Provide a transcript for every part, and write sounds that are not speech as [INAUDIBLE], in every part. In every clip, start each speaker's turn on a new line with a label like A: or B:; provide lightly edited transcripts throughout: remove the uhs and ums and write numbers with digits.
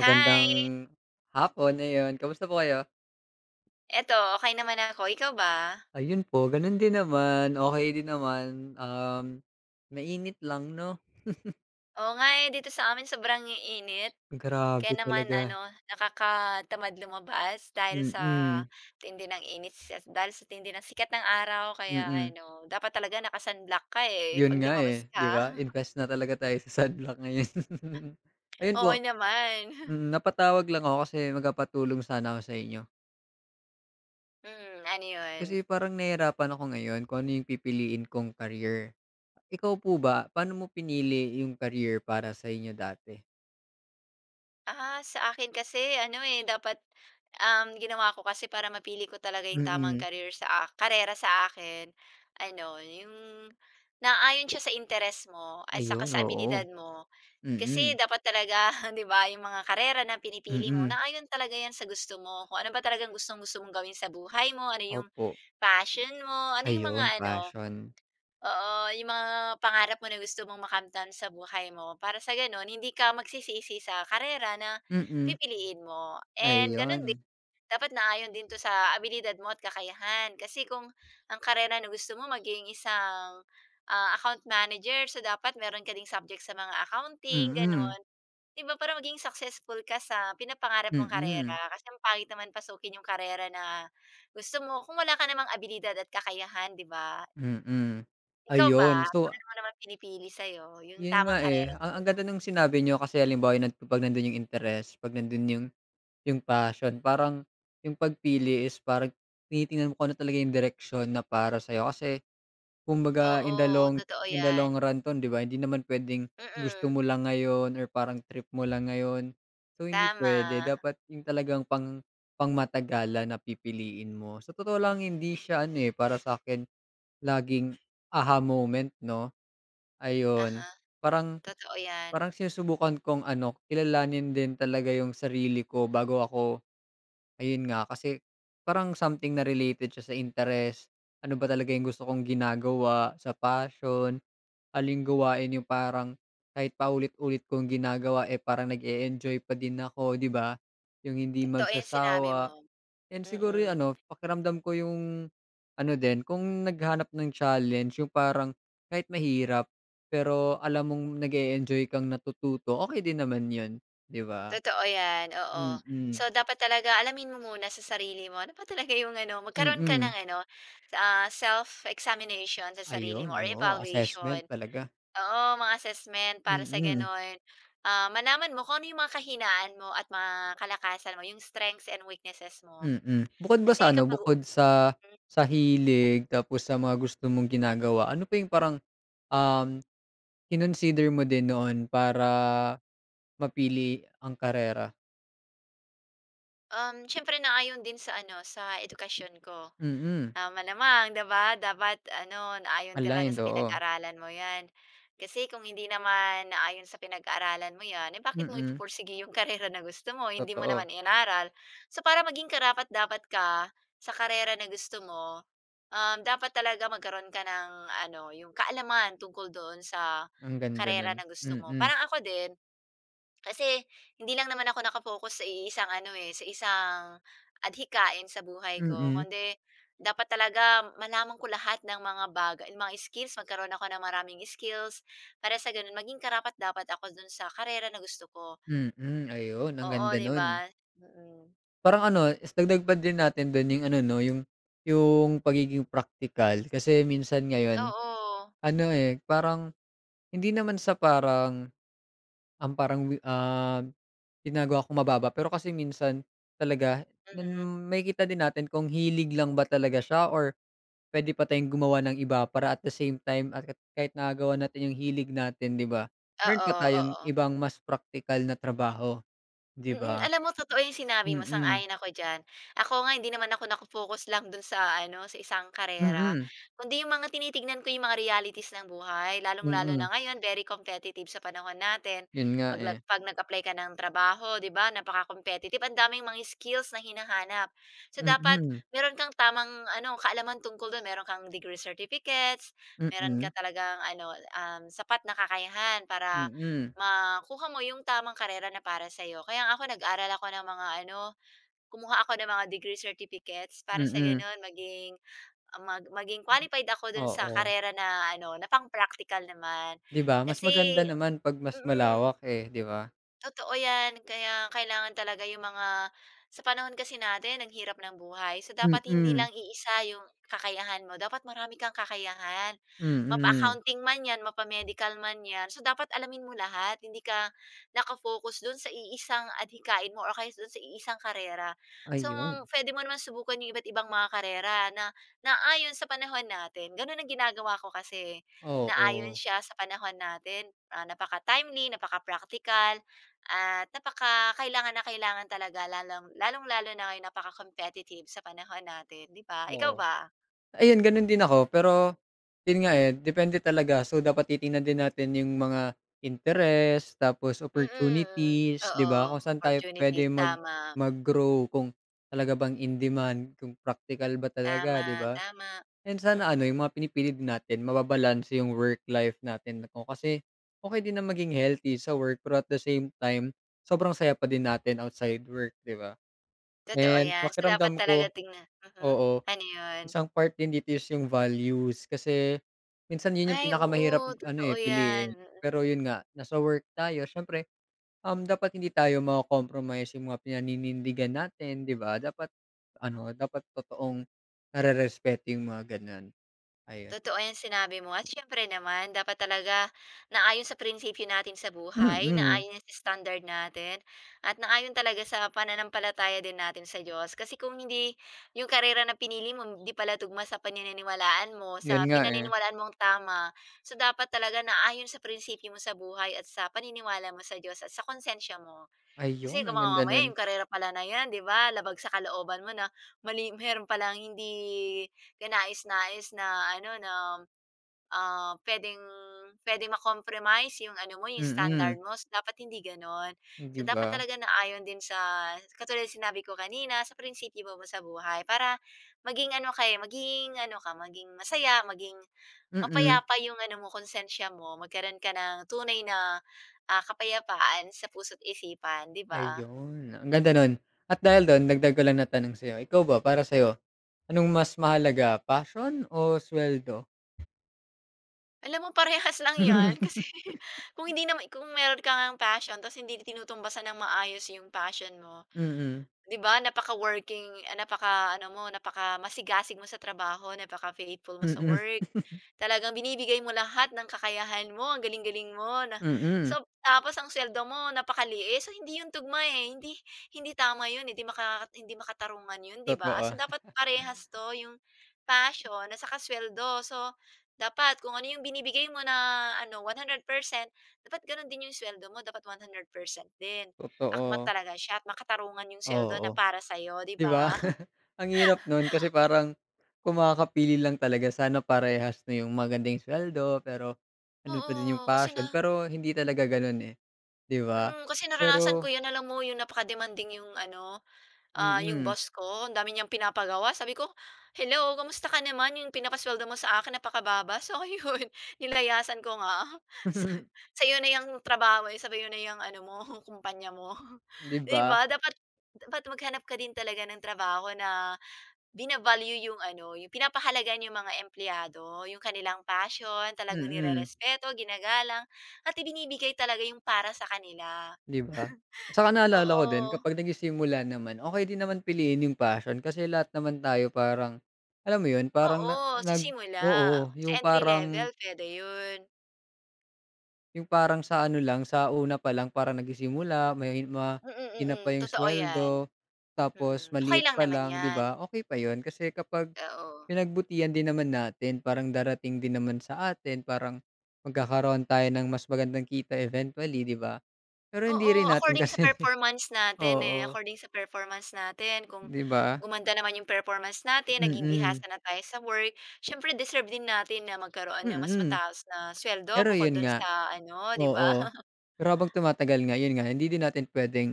A: Hi!
B: hapon, ayun. Kamusta po kayo?
A: Eto okey naman ako, ikaw ba?
B: Ayun po, gano'n din naman, okay din naman, mainit lang 'no?
A: Oo nga, eh, dito sa amin sobrang init.
B: Grabe
A: Kaya naman
B: talaga,
A: ano, nakakatamad lumabas dahil sa
B: mm.
A: tindi ng init sa dahil sa tindi ng sikat ng araw kaya
B: Mm,
A: ano, dapat talaga naka-sunblock ka, eh,
B: yun
A: 'pag
B: nga,
A: lumabas
B: eh, 'di
A: ka.
B: ba?
A: [LAUGHS]
B: Invest na talaga tayo sa sunblock ngayon. [LAUGHS] Ayun
A: Oo
B: po,
A: naman. [LAUGHS]
B: napatawag lang ako kasi magpapatulong sana ako sa inyo.
A: Hmm, ano yun?
B: Kasi parang nahihirapan ako ngayon kung ano yung pipiliin kong career. Ikaw po ba, paano mo pinili yung career para sa inyo dati?
A: Ah, sa akin kasi ano, eh, dapat, ginawa ko kasi para mapili ko talaga yung tamang
B: Mm,
A: career sa karera sa akin, ano, yung naayon siya sa interes mo at saka
B: ayun,
A: sa
B: oo.
A: abilidad mo. Kasi
B: Mm,
A: dapat talaga, [LAUGHS] 'di ba, yung mga karera na pinipili mo,
B: mm.
A: naayon talaga yan sa gusto mo, kung ano ba talagang gustong-gusto mong gawin sa buhay mo, ano yung
B: Opo.
A: passion mo, ano yung mga
B: Ayun,
A: ano.
B: passion.
A: Oo, yung mga pangarap mo na gusto mong makamtan sa buhay mo para sa gano'n hindi ka magsisisi sa karera na
B: Mm,
A: pipiliin mo. And gano'n din,
B: ayun.
A: dapat naayon din 'to sa abilidad mo at kakayahan. Kasi kung ang karera na gusto mo maging isang, account manager, so dapat meron ka ding subject sa mga accounting,
B: Mm,
A: gano'n. 'Di ba para maging successful ka sa pinapangarap mong
B: mm,
A: karera. Kasi ang pangit naman pasukin yung karera na gusto mo kung wala ka namang abilidad at kakayahan, 'di ba?
B: mm.
A: Ikaw ba,
B: Ayun, so
A: paano mo naman pinipili sa'yo yung
B: yun
A: tamang
B: nga, eh,
A: karera sa
B: ang ganda nung sinabi niyo kasi halimbawa yun kapag nandun yung interest, 'pag nandun yung passion parang yung pagpili is parang tinitingnan mo kung ano talaga yung direksyon na para sa'yo kasi kumbaga in
A: oo,
B: the long
A: totoo
B: in the
A: yan.
B: long run 'ton, 'di ba? Hindi naman puwedeng gusto
A: Mm,
B: mo lang ngayon or parang trip mo lang ngayon. So, hindi puwede,
A: tama.
B: dapat yung talagang pangmatagalan na pipiliin mo. Sa totoo lang hindi siya ano, eh, para sa'kin laging aha moment 'no, ayun.
A: Uh-huh,
B: Parang
A: totoo yan.
B: parang sinusubukan kong ano, kilalanin din talaga yung sarili ko bago ako ayun nga, kasi parang something na related siya sa interes. Ano ba talaga yung gusto kong ginagawa, sa passion. Aling gawain yung parang kahit paulit-ulit kong ginagawa, eh, parang nag-e-enjoy pa din ako, 'di ba? Yung hindi
A: Totoo yung sinabi mo.
B: magsasawa and siguro yung
A: Mm,
B: ano, pakiramdam ko yung ano din, kung naghanap ng challenge yung parang kahit mahirap, pero alam mong nag-e-enjoy kang natututo, okay din naman yun, 'di ba?
A: totoo yan, oo.
B: Mm,
A: So, dapat talaga alamin mo muna sa sarili mo ano ba talaga yung ano, magkaroon ka
B: mm.
A: ng ano, self-examination sa sarili
B: Ayun,
A: mo or
B: oo, assessment
A: evaluation.
B: talaga.
A: Oo, mga assessment para sa
B: Mm.
A: gano'n, malaman mo kung ano yung mga kahinaan mo at mga kalakasan mo, yung strengths and weaknesses mo.
B: Mm. Bukod ba
A: Kasi
B: sa ano,
A: kapag
B: bukod sa
A: mm,
B: sa hilig tapos sa mga gusto mong ginagawa, ano pa yung parang, um, kinonsider mo din noon para mapili ang karera?
A: siyempre naayon din sa ano, sa edukasyon ko.
B: Mm,
A: Tama namang, 'di ba? Dapat ano, naayon talaga
B: aligned,
A: sa
B: oo.
A: pinag-aralan mo 'yan. Kasi kung hindi naman naayon sa pinag-aralan mo 'yan, eh, bakit mo
B: Mm,
A: ipupursige yung [LAUGHS] karera na gusto mo, hindi mo
B: totoo.
A: naman inaral. So, para maging karapat-dapat ka sa karera na gusto mo, dapat talaga magkaroon ka ng ano, yung kaalaman tungkol doon sa
B: Ang ganda nun.
A: karera na gusto mo.
B: Mm,
A: Parang ako din, kasi hindi lang naman ako nakapokus sa isang ano, eh, sa isang adhikain sa buhay ko
B: mm,
A: kundi dapat talaga malaman ko lahat ng mga mga skills, magkaroon ako ng maraming skills para sa gano'n maging karapat-dapat ako do'n sa karera na gusto ko.
B: mm, ayun, ang
A: Oo,
B: ganda
A: 'di
B: nun.
A: ba? Mm.
B: Parang ano, is dagdag pa din natin dun yung ano 'no, yung pagiging practical kasi minsan ngayon
A: Oo.
B: ano, eh, parang hindi naman sa parang ang parang ginagawa kong mababa pero kasi minsan talaga nan
A: Mm.
B: makikita din natin kung hilig lang ba talaga siya or puwede pa tayong gumawa ng iba para at the same time at kahit nagawa natin yung hilig natin, 'di ba? Meron
A: Oo,
B: pa tayong
A: oo.
B: ibang mas practical na trabaho, 'di
A: Mm,
B: ba?
A: alam mo totoo yung sinabi mo,
B: Mm,
A: sang-ayon ako diyan. Ako nga hindi naman ako lang dun sa ano, sa isang karera,
B: mm,
A: kundi yung mga tinitignan ko yung mga realities ng buhay, lalong-lalo na
B: mm.
A: ngayon very competitive sa panahon natin.
B: Yun nga, eh.
A: 'Pag nag-apply ka ng trabaho, 'di ba, napaka-competitive, ang daming mga skills na hinahanap. So, dapat
B: Mm,
A: meron kang tamang ano, kaalaman tungkol dun, meron kang degree certificates, meron
B: mm,
A: ka talagang ano, sapat na kakayahan para
B: mm,
A: makuha mo yung tamang karera na para sa sa'yo. Kaya nga ako nag-aral ako ng mga ano, kumuha ako ng mga degree certificates para sa
B: mm,
A: gano'n maging maging qualified ako do'n sa
B: oo.
A: karera na ano, na pang-praktikal naman.
B: 'Di ba, mas maganda
A: Kasi
B: naman 'pag mas
A: mm.
B: malawak, eh, 'di ba?
A: Totoo yan, kaya kailangan talaga yung mga sa panahon kasi natin ang hirap ng buhay. So, dapat hindi
B: Mm,
A: lang iisa yung kakayahan mo, dapat marami kang kakayahan.
B: mm.
A: Mapa-accounting man yan, mapa-medical man yan. So, dapat alamin mo lahat, hindi ka naka dun sa iisang adhikain mo or kaya dun sa iisang karera. So,
B: Ayun,
A: puwede mo naman subukan yung iba't ibang mga karera na naayon sa panahon natin. Ganun ang ginagawa ko kasi, naayon
B: oo,
A: siya sa panahon natin, napaka-timely, napaka-praktikal. At napaka kailangan na kailangan talaga lalong-lalo na ngayon napaka-competitive sa panahon natin, 'di ba? Ikaw
B: oo.
A: ba?
B: Ayun gano'n din ako pero, yun nga, eh, depende talaga so dapat titingnan din natin yung mga interest tapos
A: Mm, mm.
B: opportunities, 'di
A: Oo,
B: ba, kung saan tayo puwede
A: opportunities,
B: mag
A: tama.
B: mag-grow kung talaga bang in demand, kung praktikal ba talaga, 'di
A: Tama,
B: ba?
A: tama.
B: And sana ano yung
A: Mm,
B: mga pinipili din natin mababalanse yung work life natin o kasi okey din na maging healthy sa work pero at the same time sobrang saya pa din natin outside work, 'di ba?
A: totoo
B: And
A: 'yan. So, dapat
B: pakiramdam
A: talaga
B: ko.
A: tingnan mhm,
B: Oo.
A: ano 'yun?
B: Isang part din dito is yung values kasi minsan yun yung
A: Ay
B: pinakamahirap
A: oo,
B: ano,
A: totoo
B: eh,
A: 'yan.
B: piliin. Pero yun nga, nasa work tayo siyempre, dapat hindi tayo mako-compromise yung mga pinaninindigan natin, 'di ba? Dapat ano, dapat totoong narerespeto yung mga ganun, ayun.
A: Totoo 'yang sinabi mo at siyempre naman dapat talaga naayon sa prinsipyo natin sa buhay,
B: Mm,
A: naayon sa standard natin, at naayon talaga sa pananampalataya din natin sa Diyos. Kasi kung hindi yung karera na pinili mo hindi pala tugma sa paniniwalaan mo, sa
B: yun nga, eh.
A: pinaniniwalaan mong tama. So, dapat talaga naayon sa prinsipyo mo sa buhay at sa paniniwala mo sa Diyos at sa konsensya mo. Kasi
B: Ayun,
A: ka
B: ang
A: mga
B: ganda
A: mamaya
B: nun.
A: yung karera pala na yan, 'di ba, labag sa kalooban mo na mali [LAUGHS] meron palang hindi kanais-nais na ano, na, puwedeng puwedeng ma-compromise yung ano mo, yung
B: Mm,
A: standard mo. So, dapat hindi gano'n. So,
B: 'di ba?
A: dapat talaga na ayon din sa katulad sinabi ko kanina, sa prinsipyo mo sa buhay para maging ano kayo, maging ano ka, maging masaya, maging
B: Mm,
A: mapayapa yung ano mo, konsensya mo, magkaroon ka ng tunay na, kapayapaan sa puso't isipan, 'di ba?
B: ayun, ang ganda nun. At dahil dun dagdag ko lang na tanong sa'yo, ikaw ba, para sa'yo, anong mas mahalaga, passion o sweldo?
A: Alam mo parehas lang 'yan [LAUGHS] kasi
B: [LAUGHS]
A: kung hindi naman kung meron ka ngang passion tapos hindi tinutumbasan ng maayos yung passion mo,
B: Mm,
A: 'di ba napaka-working napaka-ano mo, napaka-masigasig mo sa trabaho, napaka-faithful mo sa
B: mm,
A: work. Talagang binibigay mo lahat ng kakayahan mo, ang galing-galing mo na
B: mm,
A: so tapos ang suweldo mo napakaliis, so hindi 'yun tugma, eh, hindi hindi tama 'yun, hindi makatarungan 'yun, 'di ba?
B: totoo,
A: So dapat parehas 'to, yung passion at saka suweldo. So kung ano yung binibigay mo na ano 100% dapat gano'n din yung suweldo mo, dapat 100% din akmat
B: totoo,
A: talaga siya at makatarungan yung sweldo na
B: oo,
A: para sa'yo, 'di
B: 'di ba?
A: ba?
B: [LAUGHS] Ang hirap nun kasi parang
A: [LAUGHS]
B: kumakapili lang talaga sana parehas na yung magandang sweldo pero
A: O
B: andun pa din yung
A: oo, kasi na
B: passion, pero hindi talaga ganun, eh, 'di ba?
A: mm, kasi naranasan ko
B: Pero
A: 'yan. Alam mo yung napaka-demanding yung ano, yung
B: mm,
A: boss ko, ang dami niyang pinapagawa. Sabi ko, "Hello, kamusta ka naman? Yung pinapasweldo mo sa akin napakababa." So [LAUGHS] ayun, nilayasan ko nga. [LAUGHS] Sa
B: [LAUGHS]
A: sa'yo na 'yang trabaho, eh, sa'yo na 'yang ano mo, [LAUGHS] kumpanya mo. [LAUGHS]
B: 'di
A: 'Di
B: ba?
A: ba dapat dapat maghanap ka din talaga ng trabaho na bina yung ano, yung pinapahalagan yung mga empleyado, yung kanilang passion, talagang
B: Mm.
A: nirerespeto, ginagalang, at ibinibigay talaga yung para sa kanila.
B: 'Di ba? Saka naalala ko din
A: Oo.
B: kapag nagsisimula naman, okey din naman piliin yung passion kasi lahat naman tayo parang, alam mo yun, parang na
A: Oo, sa simula,
B: oo,
A: sa
B: yung
A: entry
B: parang
A: level puwede yun.
B: yung parang sa ano lang, sa una pa lang parang nagsisimula, may
A: Mm, mm,
B: mahina
A: mm
B: pa yung
A: totoo yan.
B: sweldo,
A: Mm,
B: tapos
A: okey
B: maliit
A: lang
B: pa
A: naman
B: lang, 'di
A: yan,
B: ba? Okey pa yun kasi kapag
A: oo.
B: pinagbutihan din naman natin, parang darating din naman sa atin, parang magkakaroon tayo ng mas magandang kita eventually, 'di ba? Pero hindi
A: Oo,
B: rin natin
A: according sa
B: kasi [LAUGHS]
A: performance natin, eh,
B: oo,
A: according sa performance natin kung
B: 'di ba?
A: gumanda naman yung performance natin, naging
B: Mm,
A: bihasa na tayo sa work, siyempre deserve din natin na magkaroon ng mas
B: mm.
A: mataas na sweldo,
B: Pero
A: bukod
B: yun
A: dun
B: nga,
A: sa ano, 'di ba?
B: oo.
A: [LAUGHS]
B: Pero habang tumatagal nga, yun nga hindi din natin puwedeng,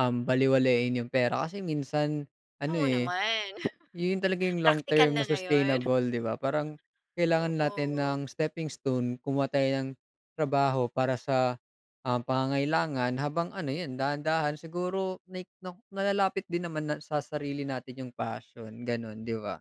B: balewalain yung pera kasi minsan ano,
A: Oo
B: eh,
A: naman, [LAUGHS]
B: yun talaga yung long
A: praktikal
B: term
A: na
B: na
A: ngayon,
B: sustainable, 'di ba? Parang kailangan natin
A: oo.
B: ng stepping stone, kumuha tayo ng trabaho para sa, ah, pangangailangan habang ano yun, dahan-dahan siguro na nalalapit din naman na sa sarili natin yung passion, gano'n, 'di ba?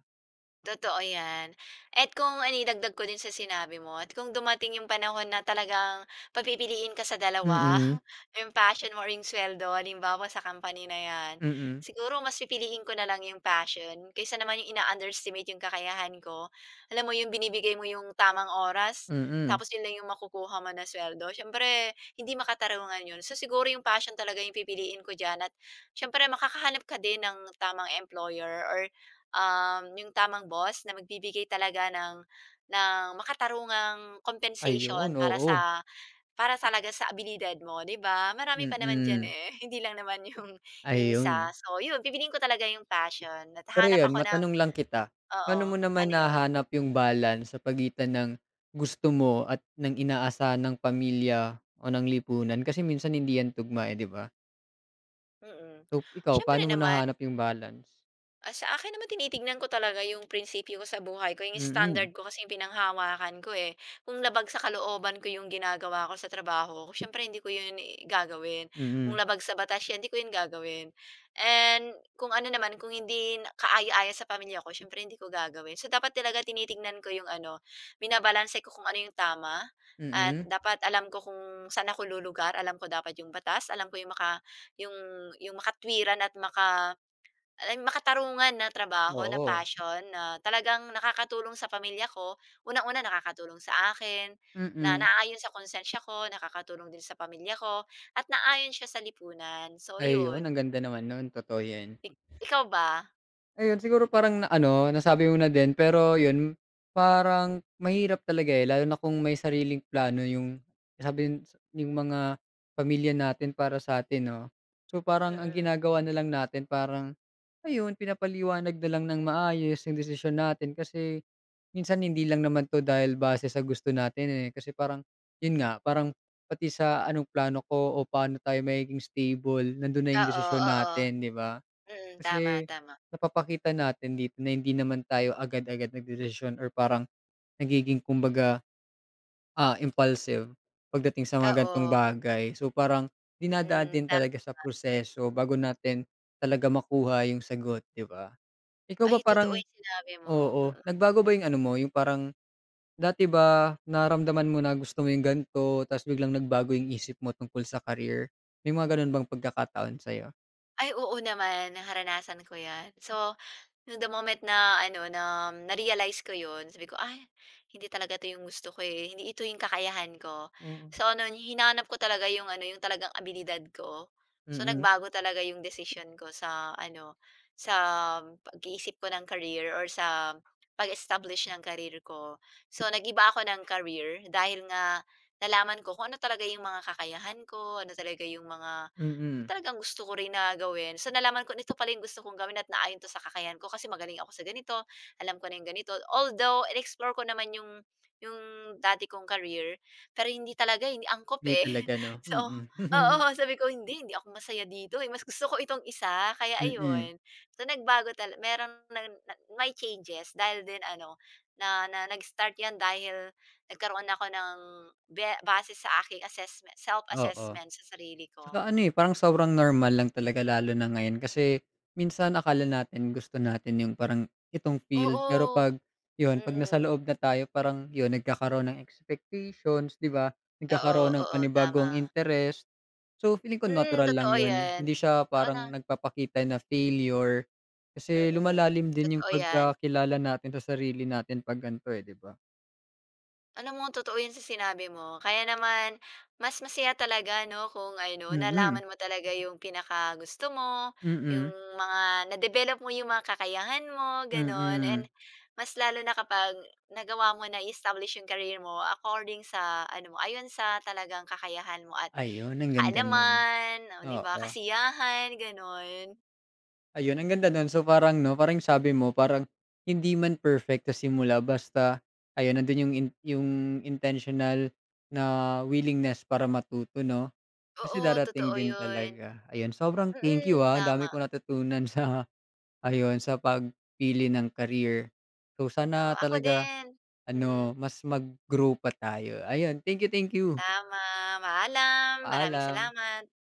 A: Totoo 'yan. At kung ano, idagdag ko din sa sinabi mo at kung dumating yung panahon na talagang papipiliin ka sa dalawa,
B: Mm,
A: [LAUGHS] yung passion mo or yung suweldo halimbawa sa company na 'yan,
B: mm,
A: siguro mas pipiliin ko na lang yung passion kaysa naman yung ina-underestimate yung kakayahan ko. Alam mo yung binibigay mo yung tamang oras,
B: mm.
A: tapos yun lang yung makukuha mo na suweldo, siyempre hindi makatarungan yun. So, siguro yung passion talaga yung pipiliin ko diyan at siyempre makakahanap ka din ng tamang employer or yung tamang boss na magbibigay talaga ng makatarungang compensation
B: Ayun,
A: para
B: oo,
A: sa para talaga sa abilidad mo, 'di ba? Marami pa naman diyan,
B: mm.
A: eh, [LAUGHS] hindi lang naman yung iisa.
B: Ayun.
A: So, yun pipiliin ko talaga yung passion at
B: Pero
A: hahanap
B: yun,
A: ako ng
B: matanong lang kita,
A: oo,
B: paano mo naman
A: ano yun?
B: nahanap yung balance sa pagitan ng gusto mo at ng inaasahan ng pamilya o ng lipunan? Kasi minsan hindi yan tugma, eh, 'di ba?
A: Mm.
B: So, ikaw
A: Siyempre
B: paano mo
A: naman
B: nahanap yung balance?
A: Ah, sa akin naman tinitignan ko talaga yung prinsipyo ko sa buhay ko, yung
B: Mm,
A: standard ko kasi yung pinanghawakan ko, eh. Kung labag sa kalooban ko yung ginagawa ko sa trabaho ko, siyempre hindi ko yun gagawin.
B: mm, mm,
A: Kung labag sa batas yan, hindi ko yun gagawin. And kung ano naman, kung hindi na kaaya-aya sa pamilya ko, siyempre hindi ko gagawin. So, dapat talaga tinitignan ko yung ano, binabalanse ko kung ano yung tama at
B: mm
A: dapat alam ko kung saan ako lulugar, alam ko dapat yung batas, alam ko yung yung makatwiran at makatarungan na trabaho, na
B: oo,
A: passion na talagang nakakatulong sa pamilya ko. Unang-una nakakatulong sa akin, na
B: mm.
A: naayon sa konsensya ko, nakakatulong din sa pamilya ko, at naayon siya sa lipunan. So
B: Ayun,
A: yun.
B: ang ganda naman nun, totoo yan.
A: Ikaw ba?
B: Ayun, siguro parang na ano, nasabi mo na din pero yun, parang mahirap talaga, eh, lalo na kung may sariling plano yung sabihin yung mga pamilya natin para sa'tin 'no. So, parang ang
A: Mm.
B: ginagawa na lang natin parang ayun, pinapaliwanag na lang ng maayos yung desisyon natin kasi minsan hindi lang naman 'to dahil base sa gusto natin, eh. Kasi parang yun nga, parang pati sa anong plano ko o paano tayo magiging stable, nandun na yung
A: Oo,
B: desisyon
A: oo.
B: natin, 'di ba?
A: Mm, tama,
B: Kasi
A: tama.
B: napapakita natin dito na hindi naman tayo agad-agad nagdedesisyon or parang nagiging kumbaga, ah, impulsive pagdating sa mga ganitong
A: Oo,
B: bagay. So, parang dinadaan
A: mm,
B: din
A: ta
B: talaga sa proseso bago natin talaga makuha yung sagot, 'di ba? Ikaw ba
A: ay totoo
B: parang
A: yung sinabi mo,
B: oo,
A: mm.
B: nagbago ba yung ano mo, yung parang dati ba naramdaman mo na gusto mo yung ganito tapos biglang nagbago yung isip mo tungkol sa career? May mga gano'n bang pagkakataon sa'yo?
A: Ay oo naman, naranasan ko yan. So nung the moment na ano, na na-realize ko 'yun, sabi ko, "Ay, hindi talaga 'to 'yung gusto ko, eh, hindi ito 'yung kakayahan ko."
B: Oo.
A: So ano hinanap ko talaga 'yung ano, 'yung talagang abilidad ko. So
B: Mm,
A: nagbago talaga 'yung desisyon ko sa ano, sa pag-iisip ko ng career or sa pag-establish ng career ko. So nag-iba ako ng career dahil nga nalaman ko kung ano talaga 'yung mga kakayahan ko, ano talaga 'yung mga
B: mm.
A: talagang gusto ko rin na gawin. So, nalaman ko nito pala yung gusto kong gawin at naayon 'to sa kakayahan ko kasi magaling ako sa ganito, alam ko na yung ganito. Although, in-explore ko naman yung yung dati kong career, pero hindi talaga, hindi angkop,
B: Hindi
A: eh.
B: talaga 'no,
A: [LAUGHS] So
B: mm.
A: oo,
B: [LAUGHS]
A: sabi ko, "Hindi, hindi ako masaya dito, eh, mas gusto ko itong isa." Kaya
B: Mm,
A: ayun. So, nagbago tala meron nag na may changes dahil din ano, na na nag-start 'yan dahil nagkaroon ako ng base sa aking assessment
B: oo.
A: self-assessment sa sarili
B: Tsaka
A: ko.
B: ano, eh, parang sobrang normal lang talaga lalo na ngayon kasi minsan akala natin gusto natin yung parang itong field pero
A: Oo,
B: 'pag yun, 'pag nasa
A: mm.
B: loob na tayo parang yun nagkakaroon ng expectations, 'di ba?
A: Oo,
B: Nagkakaroon ng
A: oo, tama.
B: panibagong interest. So, feeling ko
A: Mm,
B: natural lang
A: totoo
B: yun,
A: 'yan.
B: hindi siya
A: Oo na
B: parang nagpapakita na failure kasi
A: mm, mm,
B: lumalalim din yung
A: totoo 'yan.
B: pagkakilala natin sa sarili natin 'pag ganito, eh, 'di ba?
A: Alam mo totoo 'yan sa sinabi mo, kaya naman mas masaya talaga 'no kung ano,
B: Mm,
A: nalaman mo talaga yung pinakagusto mo, yung
B: mm.
A: mga na-develop mo yung mga kakayahan mo, gano'n. And
B: Mm.
A: mas lalo na kapag nagawa mo na i-establish yung career mo according sa ano mo, ayon sa talagang kakayahan mo at
B: Ayun, ang ganda nun.
A: kaalaman, oh, 'di ba,
B: Oo.
A: kasiyahan, gano'n.
B: Ayun, ang ganda nun. So, parang 'no, parang sabi mo, parang hindi man perfect sa simula basta ayun, nandun yung intentional na willingness para matuto 'no? Kasi
A: Oo,
B: darating
A: totoo
B: din
A: yun.
B: talaga. Ayun, sobrang thank you,
A: Mm,
B: ah, ang dami
A: tama.
B: kong natutunan sa [LAUGHS] ayun, sa pagpili ng career. So,
A: Oo,
B: sana
A: ako
B: talaga
A: din. Mm,
B: ano, mas mag-grow pa tayo. Ayun, thank you, thank you.
A: tama. Paalam, maraming
B: Paalam.
A: salamat.